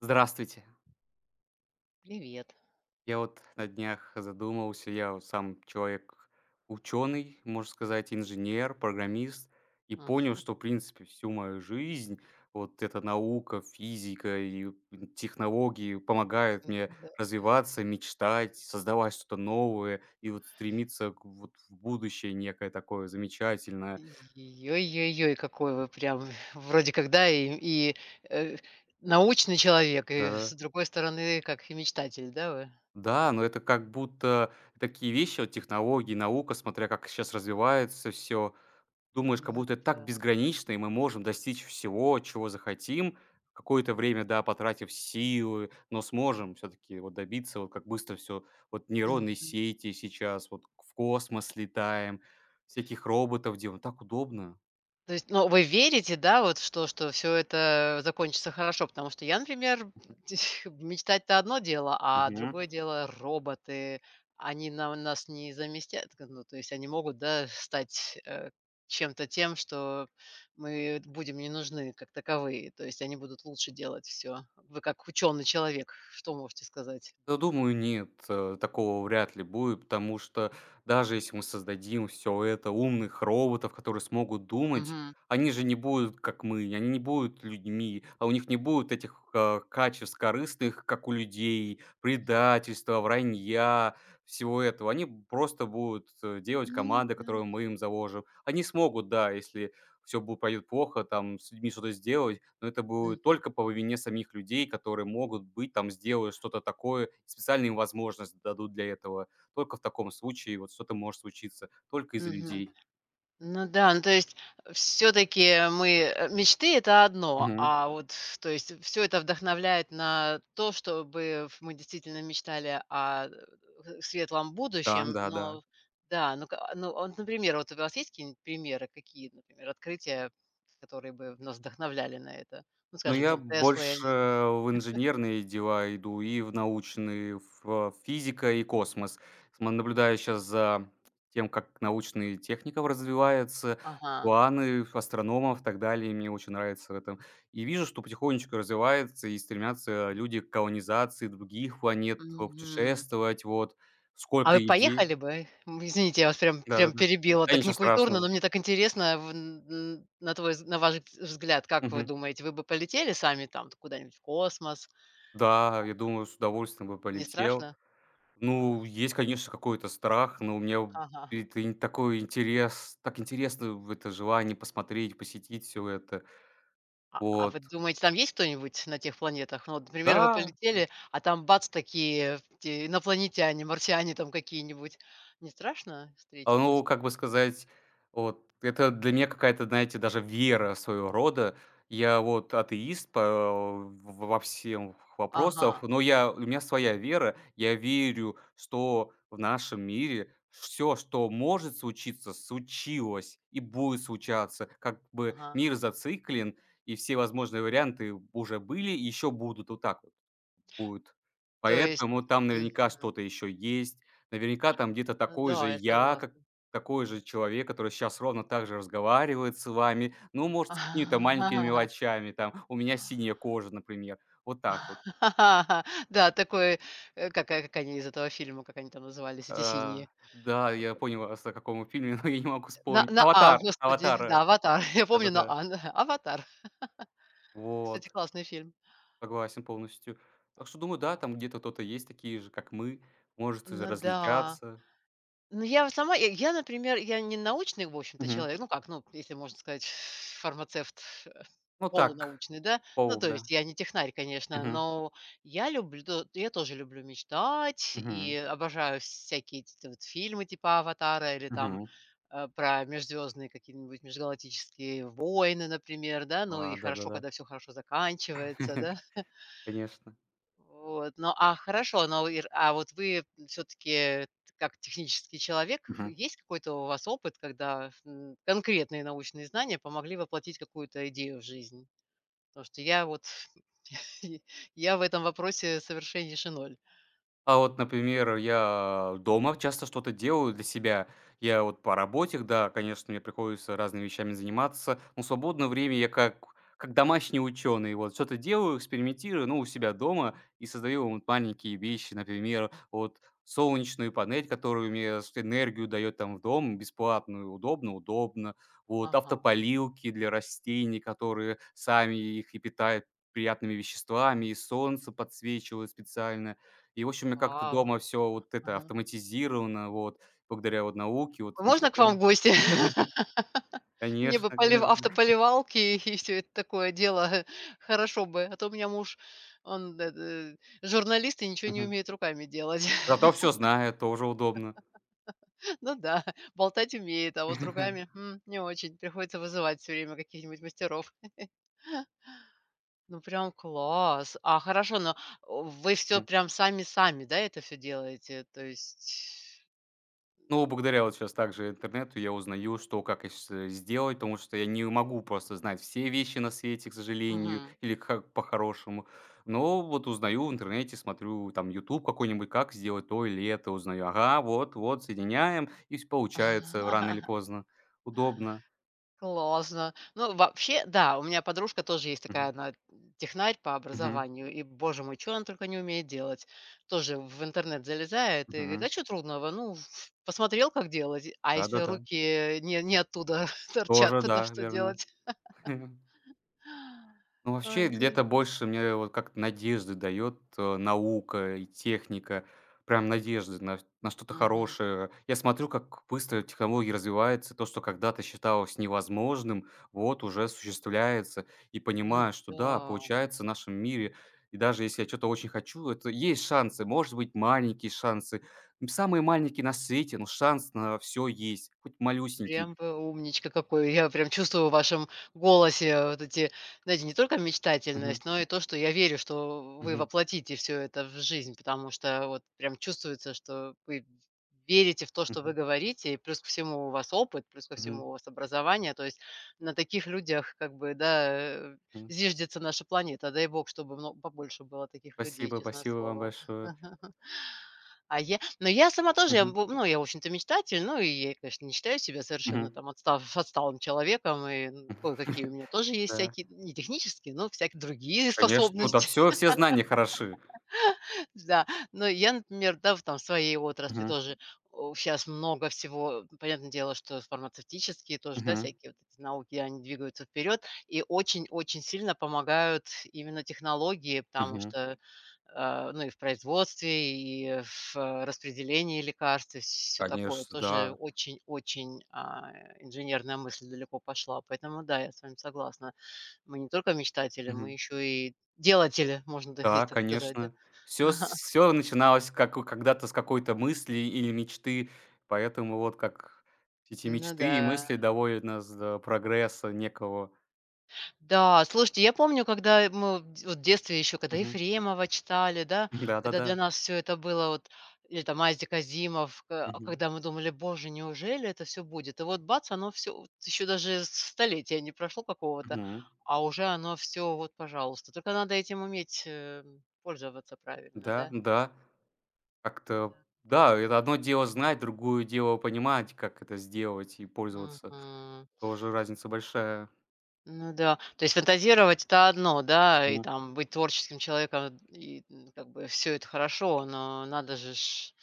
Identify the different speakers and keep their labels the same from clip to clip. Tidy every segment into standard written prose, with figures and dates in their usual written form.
Speaker 1: Здравствуйте.
Speaker 2: Привет.
Speaker 1: Я вот на днях задумался, я вот сам человек ученый, можно сказать, инженер, программист, и
Speaker 2: А,
Speaker 1: понял, что, в принципе, всю мою жизнь вот эта наука, физика и технологии помогают мне
Speaker 2: да.
Speaker 1: развиваться, мечтать, создавать что-то новое и вот стремиться к в будущее некое такое замечательное.
Speaker 2: Ой-ой-ой, какой вы прям вроде как, да, и, э, научный человек, и с
Speaker 1: Да.
Speaker 2: другой стороны, как и мечтатель, да, вы?
Speaker 1: Да, но это как будто такие вещи, вот технологии, наука, смотря как сейчас развивается все, думаешь,
Speaker 2: Ну
Speaker 1: как будто это так
Speaker 2: да.
Speaker 1: безгранично, и мы можем достичь всего, чего захотим, какое-то время, да, потратив силы, но сможем все-таки вот добиться, вот как быстро все, вот нейронные сети сейчас, вот в космос летаем, всяких роботов делаем, так удобно.
Speaker 2: То есть, ну, вы верите, да, вот что все это закончится хорошо? Потому что я, например, мечтать-то одно дело, а другое дело- роботы. Они нам нас не заместят, как ну, то есть они могут, да, стать, чем-то тем, что мы будем не нужны как таковые. То есть они будут лучше делать все. Вы как ученый человек, что можете сказать?
Speaker 1: Да, думаю, нет, такого вряд ли будет, потому что даже если мы создадим все это, умных роботов, которые смогут думать,
Speaker 2: Мгм.
Speaker 1: они же не будут, как мы, они не будут людьми, а у них не будет этих, качеств корыстных, как у людей, предательства, вранья, всего этого. Они просто будут, делать
Speaker 2: Ну
Speaker 1: команды,
Speaker 2: да.
Speaker 1: которые мы им заложим. Они смогут, да, если все будет пойдет плохо, там с людьми что-то сделать, но это будет
Speaker 2: Мгм.
Speaker 1: только по вине самих людей, которые могут быть там, сделают что-то такое, специально им возможность дадут для этого. Только в таком случае вот что-то может случиться, только из-за
Speaker 2: Мгм.
Speaker 1: людей.
Speaker 2: Ну да, ну то есть все-таки мы мечты это одно,
Speaker 1: Мгм.
Speaker 2: а вот то есть все это вдохновляет на то, чтобы мы действительно мечтали о светлом
Speaker 1: Да,
Speaker 2: будущем,
Speaker 1: да-да.
Speaker 2: но да, ну, ну а вот, например, вот у вас есть какие-нибудь примеры, какие, например, открытия, которые бы нас вдохновляли на это? Ну,
Speaker 1: Но
Speaker 2: скажем,
Speaker 1: я
Speaker 2: там Теслы, я
Speaker 1: больше
Speaker 2: не знаю.
Speaker 1: в инженерные дела иду и в научные, в физика и космос. Сма наблюдаю сейчас за тем, как научный техникум развивается,
Speaker 2: Ага.
Speaker 1: планы астрономов, и так далее. И мне очень нравится в этом. И вижу, что потихонечку развивается и стремятся люди к колонизации других планет, путешествовать. Вот
Speaker 2: А вы
Speaker 1: сколько идей.
Speaker 2: поехали бы? Извините, я вас прям
Speaker 1: Да-да-да.
Speaker 2: перебила,
Speaker 1: Да
Speaker 2: так
Speaker 1: ничего
Speaker 2: некультурно, но
Speaker 1: страшного.
Speaker 2: мне так интересно, в н на твой вз- на ваш вз- взгляд, как вы
Speaker 1: Мгм.
Speaker 2: думаете, вы бы полетели сами там куда-нибудь в космос?
Speaker 1: Да, я думаю, с удовольствием бы
Speaker 2: Не
Speaker 1: полетел.
Speaker 2: страшно?
Speaker 1: Ну, есть, конечно, какой-то страх, но у меня
Speaker 2: Ага.
Speaker 1: это ин такой интерес, так интересно в это желание посмотреть, посетить все это.
Speaker 2: А
Speaker 1: Вот.
Speaker 2: вы думаете, там есть кто-нибудь на тех планетах? Ну, вот, например, вы
Speaker 1: Да.
Speaker 2: полетели, а там бац такие те инопланетяне, марсиане там какие-нибудь. Не страшно
Speaker 1: А,
Speaker 2: встретиться
Speaker 1: ну,
Speaker 2: с.
Speaker 1: как бы сказать, вот это для меня какая-то, знаете, даже вера своего рода. Я вот атеист по в во всем вопросах,
Speaker 2: Ага,
Speaker 1: но я у меня своя вера. Я верю, что в нашем мире все, что может случиться, случилось и будет случаться. Как бы
Speaker 2: ага.
Speaker 1: мир зациклен, и все возможные варианты уже были и еще будут. Вот так вот. Будет.
Speaker 2: То есть.
Speaker 1: Поэтому там наверняка
Speaker 2: Мгм.
Speaker 1: что-то еще есть. Наверняка там где-то
Speaker 2: Ну
Speaker 1: такой же
Speaker 2: да, я
Speaker 1: я, как
Speaker 2: согласна.
Speaker 1: такой же человек, который сейчас ровно так же разговаривает с вами. Ну, может, с какими-то маленькими мелочами, там, у меня синяя кожа, например. Вот так вот.
Speaker 2: Да, такой, как они из этого фильма, как они там назывались, эти
Speaker 1: А,
Speaker 2: синие?
Speaker 1: да,
Speaker 2: А,
Speaker 1: я
Speaker 2: б
Speaker 1: понял, вас о каком фильме, но я не могу
Speaker 2: На
Speaker 1: вспомнить.
Speaker 2: на А,
Speaker 1: "Аватар",
Speaker 2: господи,
Speaker 1: "Аватар",
Speaker 2: да, "Аватар". Я помню на
Speaker 1: да-да-да.
Speaker 2: А, н "Аватар". Кстати,
Speaker 1: Вот,
Speaker 2: классный фильм.
Speaker 1: согласен полностью. Так что, думаю, да, там где-то кто-то есть такие же, как мы, может,
Speaker 2: Ну да.
Speaker 1: различаться.
Speaker 2: Ну, я вот сама, например, я не научный, в общем-то,
Speaker 1: Мгм.
Speaker 2: человек, ну как, ну, если можно сказать, фармацевт э,
Speaker 1: Ну так,
Speaker 2: полунаучный, да, ну,
Speaker 1: по
Speaker 2: то
Speaker 1: да.
Speaker 2: есть я не технарь, конечно,
Speaker 1: Мгм.
Speaker 2: но я люблю, я тоже люблю мечтать и
Speaker 1: Мгм.
Speaker 2: обожаю всякие эти вот фильмы типа «Аватара» или там
Speaker 1: Мгм.
Speaker 2: про межзвездные какие-нибудь межгалактические войны, например, да, ну и
Speaker 1: А,
Speaker 2: хорошо,
Speaker 1: да-да-да.
Speaker 2: когда все хорошо заканчивается, да,
Speaker 1: Конечно.
Speaker 2: вот, ну, а хорошо, но ир а вот вы все таки как технический человек,
Speaker 1: Мгм.
Speaker 2: есть какой-то у вас опыт, когда, конкретные научные знания помогли воплотить какую-то идею в жизнь? Потому что я вот и- я в этом вопросе совершеннейше ноль.
Speaker 1: А вот, например, я дома часто что-то делаю для себя. Я вот по работе, да, конечно, мне приходится разными вещами заниматься, но в свободное время я как домашний ученый, вот, что-то делаю, экспериментирую, ну, у себя дома и создаю вот маленькие вещи, например, вот солнечную панель, которую мне с- энергию дает там в дом, бесплатную, удобно, удобно, вот,
Speaker 2: Ага.
Speaker 1: автополилки для растений, которые сами их и питают приятными веществами, и солнце подсвечивают специально, и, в общем, у меня как-то
Speaker 2: Вау.
Speaker 1: дома все вот это
Speaker 2: Ага.
Speaker 1: автоматизировано, вот, благодаря вот науке, вот
Speaker 2: Можно к вам в
Speaker 1: мечтаний.
Speaker 2: гости? Мне
Speaker 1: Конечно,
Speaker 2: бы полив
Speaker 1: конечно.
Speaker 2: автополивалки и все это такое дело. Хорошо бы, а то у меня муж, он, журналист и ничего не
Speaker 1: Мгм.
Speaker 2: умеет руками делать.
Speaker 1: Зато все знаю, тоже удобно.
Speaker 2: Ну да, болтать умеет, а вот руками, не очень. Приходится вызывать все время каких-нибудь мастеров. Ну, прям класс. А хорошо, но, о, вы все
Speaker 1: Мгм.
Speaker 2: прям сами-сами, да, это все делаете? То есть.
Speaker 1: Ну, благодаря вот сейчас также интернету я узнаю, что, как я щас, сделать, потому что я не могу просто знать все вещи на свете, к сожалению,
Speaker 2: Мгм.
Speaker 1: или как по-хорошему. Но вот узнаю в интернете, смотрю там YouTube какой-нибудь, как сделать то или это, узнаю. Ага, вот, соединяем, и вс получается рано или поздно. Удобно.
Speaker 2: Классно. Ну, вообще, да, у меня подружка тоже есть такая,
Speaker 1: Мгм.
Speaker 2: она технарь по
Speaker 1: Мгм.
Speaker 2: образованию, и, боже мой, что она только не умеет делать. Тоже в интернет залезает и говорит, а
Speaker 1: Мгм.
Speaker 2: что трудного, ну, посмотрел, как делать, а если
Speaker 1: Да-да-да.
Speaker 2: руки не оттуда торчат,
Speaker 1: Тоже,
Speaker 2: тогда
Speaker 1: да,
Speaker 2: что
Speaker 1: верно.
Speaker 2: делать?
Speaker 1: Ну,
Speaker 2: Ой,
Speaker 1: вообще, где-то
Speaker 2: интересно.
Speaker 1: больше мне вот как надежды дает, наука и техника. Прям надежды на что-то
Speaker 2: Мгм.
Speaker 1: хорошее. Я смотрю, как быстро технологии развиваются. То, что когда-то считалось невозможным, вот уже осуществляется. И
Speaker 2: Ну
Speaker 1: понимаю, что да,
Speaker 2: да.
Speaker 1: получается в нашем мире. И даже если я что то очень хочу, это есть шансы, может быть, маленькие шансы. Самые маленькие на свете, но шанс на все есть, хоть малюсенький.
Speaker 2: Прям вы умничка какой. Я прям чувствую в вашем голосе вот эти, знаете, не только
Speaker 1: Мгм.
Speaker 2: мечтательность, но и то, что я верю, что вы
Speaker 1: Мгм.
Speaker 2: воплотите все это в жизнь, потому что вот прям чувствуется, что вы верите в то, что вы
Speaker 1: Мгм,
Speaker 2: говорите, и плюс ко всему у вас опыт, плюс ко
Speaker 1: мгм,
Speaker 2: всему у вас образование. То есть на таких людях как бы, да,
Speaker 1: мгм.
Speaker 2: зиждется наша планета. Дай бог, чтобы мно побольше было таких людей,
Speaker 1: Спасибо,
Speaker 2: честное
Speaker 1: спасибо вам
Speaker 2: слово.
Speaker 1: большое.
Speaker 2: А я, но я сама тоже, я,
Speaker 1: Мгм,
Speaker 2: бу ну, я, в общем-то, мечтатель, ну, и я, конечно, не считаю себя совершенно
Speaker 1: мгм.
Speaker 2: там отстав отсталым человеком, и, ну, кое-какие у меня тоже есть
Speaker 1: Да,
Speaker 2: всякие, не технические, но всякие другие
Speaker 1: конечно. Ну да
Speaker 2: способности.
Speaker 1: все, все знания хороши.
Speaker 2: Да, но я, например, да, в там своей отрасли
Speaker 1: Мгм,
Speaker 2: тоже сейчас много всего. Понятное дело, что фармацевтические тоже, да,
Speaker 1: мгм,
Speaker 2: всякие вот эти науки, они двигаются вперед и очень-очень сильно помогают именно технологии, потому
Speaker 1: мгм.
Speaker 2: что, ну, и в производстве, и в распределении лекарств, все такое.
Speaker 1: Конечно,
Speaker 2: Тоже
Speaker 1: да.
Speaker 2: очень-очень, инженерная мысль далеко пошла. Поэтому да, я с вами согласна. Мы не только мечтатели, мы
Speaker 1: Мгм.
Speaker 2: еще и делатели, можно так,
Speaker 1: Да,
Speaker 2: так сказать, да.
Speaker 1: конечно. Все, все начиналось как у когда-то с какой-то мысли или мечты, поэтому вот как эти
Speaker 2: Ну
Speaker 1: мечты
Speaker 2: да.
Speaker 1: и мысли доводят нас до прогресса некого.
Speaker 2: Да, слушайте, я помню, когда мы в д вот в детстве еще, когда
Speaker 1: Мгм.
Speaker 2: Ефремова читали, да, когда
Speaker 1: Да-да-да.
Speaker 2: для нас все это было вот, или там Айзек Азимов, а
Speaker 1: Мгм,
Speaker 2: когда мы думали: "Боже, неужели это все будет?" И вот бац, оно все еще даже столетия не прошло какого-то,
Speaker 1: мгм.
Speaker 2: а уже оно все вот, пожалуйста. Только надо этим уметь, пользоваться правильно,
Speaker 1: Да,
Speaker 2: да?
Speaker 1: да. Как-то
Speaker 2: Да.
Speaker 1: да, это одно дело знать, другое дело понимать, как это сделать и пользоваться.
Speaker 2: Мгм.
Speaker 1: Тоже разница большая.
Speaker 2: Ну да. То есть фантазировать- это одно, да, и
Speaker 1: Мгм.
Speaker 2: там быть творческим человеком, и, как бы все это хорошо, но надо же ж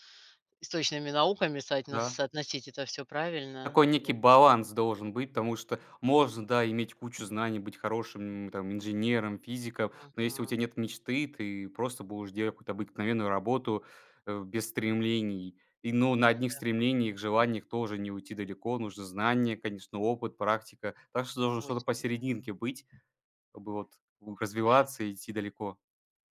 Speaker 2: с точными науками
Speaker 1: Да.
Speaker 2: соотносить это все правильно.
Speaker 1: Такой
Speaker 2: И
Speaker 1: некий
Speaker 2: вот.
Speaker 1: баланс должен быть, потому что можно, да, иметь кучу знаний, быть хорошим там инженером, физиком, но если у
Speaker 2: Мгм.
Speaker 1: тебя нет мечты, ты просто будешь делать какую-то обыкновенную работу, без стремлений. И, ну,
Speaker 2: Ну,
Speaker 1: на одних
Speaker 2: это
Speaker 1: стремлениях, желаниях тоже не уйти далеко. Нужно знание, конечно, опыт, практика. Так что должно что-то
Speaker 2: точно.
Speaker 1: посерединке быть, чтобы вот, развиваться и идти далеко.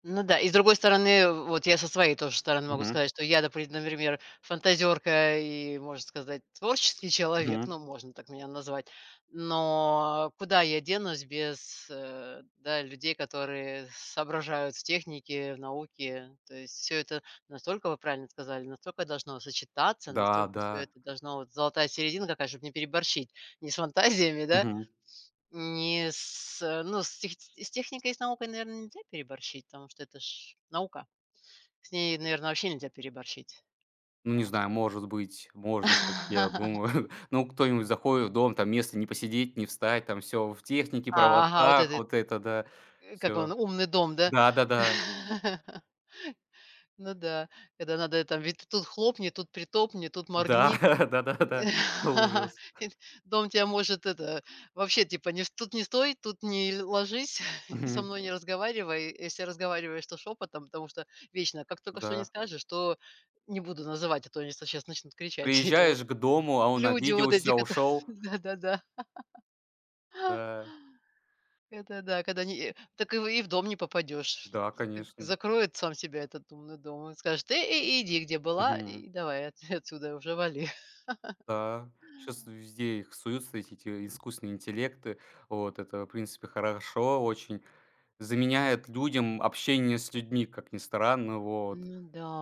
Speaker 2: Ну да, и с другой стороны, вот я со своей тоже стороны могу
Speaker 1: Мгм,
Speaker 2: сказать, что я, допри например, фантазерка и, можно сказать, творческий человек,
Speaker 1: мгм.
Speaker 2: ну, можно так меня назвать. Но куда я денусь без, да, людей, которые соображают в технике, в науке? То есть все это настолько, вы правильно сказали, настолько должно сочетаться,
Speaker 1: Да,
Speaker 2: настолько все
Speaker 1: да.
Speaker 2: это должно вот золотая серединка какая, чтобы не переборщить не с фантазиями, да,
Speaker 1: Мгм.
Speaker 2: не с ну, с техникой и с наукой, наверное нельзя переборщить, потому что это ж наука. С ней, наверное вообще нельзя переборщить,
Speaker 1: Ну, не
Speaker 2: потому что
Speaker 1: знаю, может быть, можно всё-таки, я думаю. Ну, кто-нибудь заходит в дом, там место не посидеть, не встать, там все в технике,
Speaker 2: А, ага, вот
Speaker 1: проводках,
Speaker 2: этот,
Speaker 1: вот это да,
Speaker 2: как
Speaker 1: все.
Speaker 2: он, "Умный дом", да? Ну да, когда надо там: "Ведь тут хлопни, тут притопни, тут
Speaker 1: Да,
Speaker 2: моргни".
Speaker 1: да-да-да, ужас.
Speaker 2: Дом тебя может это вообще типа не тут не стой, тут не ложись и со
Speaker 1: Мгм,
Speaker 2: мной не разговаривай. Если разговариваешь, то шепотом, потому что вечно как только что не
Speaker 1: да.
Speaker 2: скажешь, то не буду называть, а то они сейчас начнут кричать. Эти вот
Speaker 1: Приезжаешь к дому, а он
Speaker 2: люди вот эти,
Speaker 1: обиделся,
Speaker 2: кото
Speaker 1: ушел.
Speaker 2: да-да-да,
Speaker 1: Да,
Speaker 2: это да, когда не так и в дом не попадешь.
Speaker 1: да,
Speaker 2: Как
Speaker 1: конечно.
Speaker 2: закроет сам себя этот умный дом и скажет: ты иди, где была,
Speaker 1: Мгм.
Speaker 2: и давай от отсюда уже вали".
Speaker 1: Да, сейчас везде их суются, эти те искусственные интеллекты. Вот это, в принципе, хорошо, очень заменяет людям общение с людьми, как ни странно, вот.
Speaker 2: Ну да.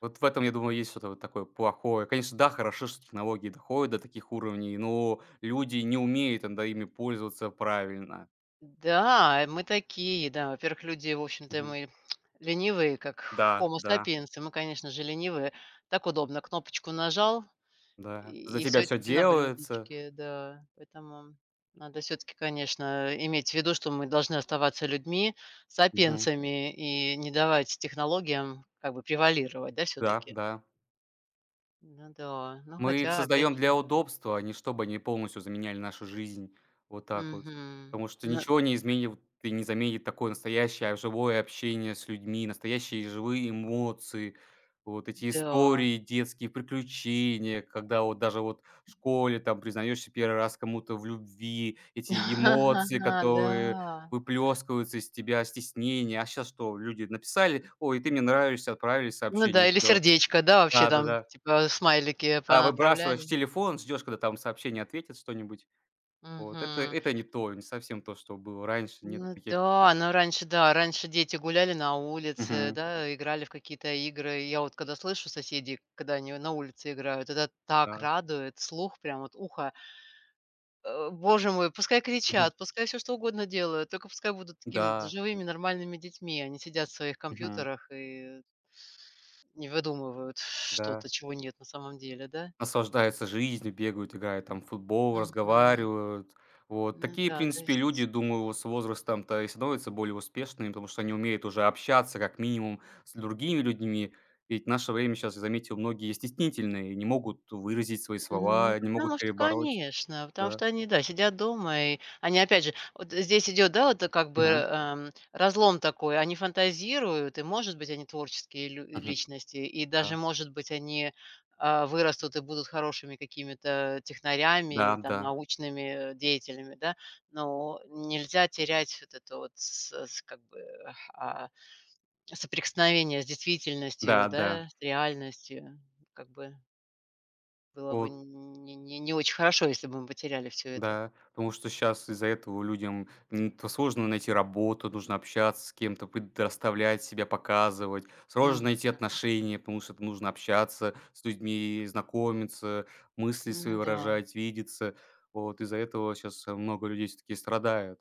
Speaker 1: Вот в этом, я думаю, есть что-то вот такое плохое. Конечно, да, хорошо, что технологии доходят до таких уровней, но люди не умеют иногда ими пользоваться правильно.
Speaker 2: Да, мы такие, да. Во-первых, люди, в общем-то,
Speaker 1: Мгм.
Speaker 2: мы ленивые, как
Speaker 1: Да,
Speaker 2: Homo
Speaker 1: да,
Speaker 2: sapiens, и мы, конечно же, ленивые. Так удобно, кнопочку нажал,
Speaker 1: да. За
Speaker 2: и,
Speaker 1: тебя
Speaker 2: все
Speaker 1: все
Speaker 2: тебе на
Speaker 1: делается.
Speaker 2: блюдечке, да. Поэтому надо все таки конечно, иметь в виду, что мы должны оставаться людьми,
Speaker 1: Мгм.
Speaker 2: сапиенсами, и не давать технологиям как бы превалировать, да, все
Speaker 1: Да,
Speaker 2: таки.
Speaker 1: да.
Speaker 2: Ну да, ну
Speaker 1: Мы их
Speaker 2: хотя опять
Speaker 1: создаем
Speaker 2: же.
Speaker 1: для удобства, а не чтобы они полностью заменяли нашу жизнь. Вот так вот.
Speaker 2: Мгм.
Speaker 1: Потому что
Speaker 2: Ну
Speaker 1: ничего не изменит и не заменит такое настоящее, живое общение с людьми, настоящие живые эмоции, вот эти
Speaker 2: да.
Speaker 1: истории, детские приключения, когда вот даже вот в школе там признаешься первый раз кому-то в любви, эти эмоции,
Speaker 2: Да.
Speaker 1: которые выплескиваются из тебя, стеснение. А сейчас что, люди написали: "Ой, ты мне нравишься", отправили
Speaker 2: Ну да,
Speaker 1: сообщение,
Speaker 2: или
Speaker 1: все.
Speaker 2: сердечко, да, вообще там,
Speaker 1: Да-да-да.
Speaker 2: типа, смайлики
Speaker 1: А выбрасываешь
Speaker 2: понаотправляли.
Speaker 1: телефон, ждешь, когда там сообщение ответит что-нибудь. Вот это
Speaker 2: Мгм.
Speaker 1: это не то, не совсем то, что было раньше. Нет
Speaker 2: Ну
Speaker 1: таких.
Speaker 2: да, ну раньше, да, раньше дети гуляли на улице,
Speaker 1: Мгм.
Speaker 2: да, играли в какие-то игры. Я вот когда слышу соседей, когда они на улице играют, это так
Speaker 1: Да.
Speaker 2: радует, слух прям вот ухо. Боже мой, пускай
Speaker 1: Мгм.
Speaker 2: кричат, пускай все что угодно делают, только пускай будут такими
Speaker 1: Да.
Speaker 2: живыми, нормальными детьми. Они сидят в своих
Speaker 1: Мгм.
Speaker 2: компьютерах и не выдумывают
Speaker 1: Да.
Speaker 2: что-то, чего нет на самом деле, да?
Speaker 1: Наслаждаются жизнью, бегают, играют там в футбол,
Speaker 2: Мгм.
Speaker 1: разговаривают. Вот
Speaker 2: Ну
Speaker 1: такие, в
Speaker 2: да, то
Speaker 1: принципе, люди,
Speaker 2: есть.
Speaker 1: думаю, вот с возрастом-то и становятся более успешными, потому что они умеют уже общаться как минимум с другими людьми. Ведь в наше время сейчас, я заметил, многие стеснительные, не могут выразить свои
Speaker 2: Ну,
Speaker 1: слова, не могут
Speaker 2: потому что,
Speaker 1: перебороть.
Speaker 2: конечно, потому
Speaker 1: Да.
Speaker 2: что они, да, сидят дома, и они, опять же, вот здесь идет, да, вот как бы
Speaker 1: Мгм.
Speaker 2: разлом такой, они фантазируют, и, может быть, они творческие
Speaker 1: Мгм.
Speaker 2: личности, и даже,
Speaker 1: Да.
Speaker 2: может быть, они вырастут и будут хорошими какими-то технарями или
Speaker 1: Да,
Speaker 2: там
Speaker 1: да,
Speaker 2: научными деятелями, да, но нельзя терять вот это вот с как бы соприкосновение с действительностью,
Speaker 1: да, да,
Speaker 2: да, с реальностью, как бы было бы
Speaker 1: вот,
Speaker 2: не очень хорошо, если бы мы потеряли все это.
Speaker 1: да. Потому что сейчас из-за этого людям, то сложно найти работу, нужно общаться с кем-то, предоставлять себя, показывать. Сложно
Speaker 2: М.
Speaker 1: найти отношения, потому что это нужно общаться с людьми, знакомиться, мысли свои
Speaker 2: Ну да.
Speaker 1: выражать, видеться. Вот из-за этого сейчас много людей все таки страдают.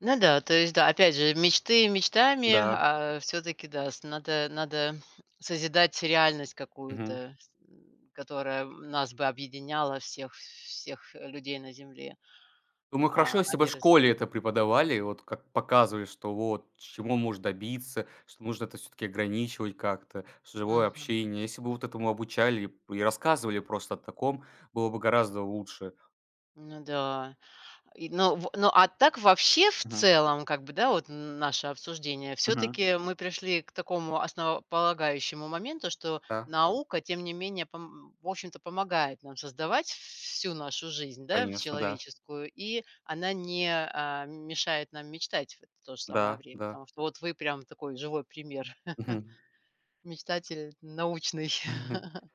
Speaker 2: Ну да, то есть да, опять же, мечты мечтами,
Speaker 1: Да,
Speaker 2: а всё-таки, да, с надо надо созидать реальность
Speaker 1: мгм.
Speaker 2: какую-то, которая нас бы объединяла всех всех людей на земле,
Speaker 1: Думаю, хорошо,
Speaker 2: а
Speaker 1: если бы
Speaker 2: не
Speaker 1: в школе
Speaker 2: разъединя.
Speaker 1: это преподавали, вот как показывали, что вот чего можно добиться, что нужно это все-таки ограничивать как-то, живое
Speaker 2: Мгм.
Speaker 1: общение. Если бы вот этому обучали и рассказывали просто о таком, было бы гораздо лучше.
Speaker 2: Ну да. И, ну, в ну, а так вообще в
Speaker 1: Мгм.
Speaker 2: целом, как бы, да, вот н наше обсуждение, все
Speaker 1: Мгм.
Speaker 2: таки мы пришли к такому основополагающему моменту, что
Speaker 1: Да,
Speaker 2: наука, тем не менее, пом в общем-то, помогает нам создавать всю нашу жизнь, да, в
Speaker 1: конечно, да,
Speaker 2: человеческую, и она не мешает нам мечтать в то же самое
Speaker 1: да,
Speaker 2: время,
Speaker 1: да.
Speaker 2: потому что вот вы прям такой живой пример,
Speaker 1: Мгм.
Speaker 2: мечтатель научный.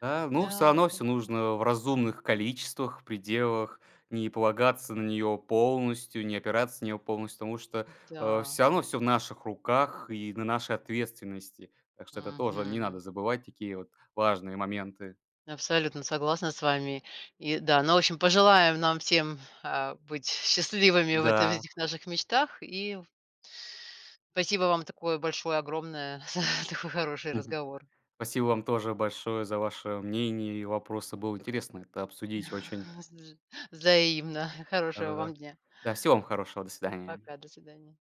Speaker 1: Да, ну,
Speaker 2: Да,
Speaker 1: все равно
Speaker 2: кон
Speaker 1: все нужно в разумных количествах, пределах, не полагаться на нее полностью, не опираться на нее полностью, потому что,
Speaker 2: да.
Speaker 1: все равно все в наших руках и на нашей ответственности. Так что это тоже не надо
Speaker 2: Мгм.
Speaker 1: забывать, такие вот важные моменты.
Speaker 2: Абсолютно согласна с вами. И да, ну, в общем, пожелаем нам всем, быть счастливыми в
Speaker 1: Да.
Speaker 2: этих наших мечтах. И спасибо вам такое большое, огромное за такой хороший
Speaker 1: Мгм.
Speaker 2: разговор.
Speaker 1: Спасибо вам тоже большое за ваше мнение и вопросы. Было интересно это обсудить очень.
Speaker 2: Взаимно. Хорошего вам
Speaker 1: Да-да-да.
Speaker 2: дня.
Speaker 1: Да, всего вам хорошего. До свидания.
Speaker 2: Пока, до свидания.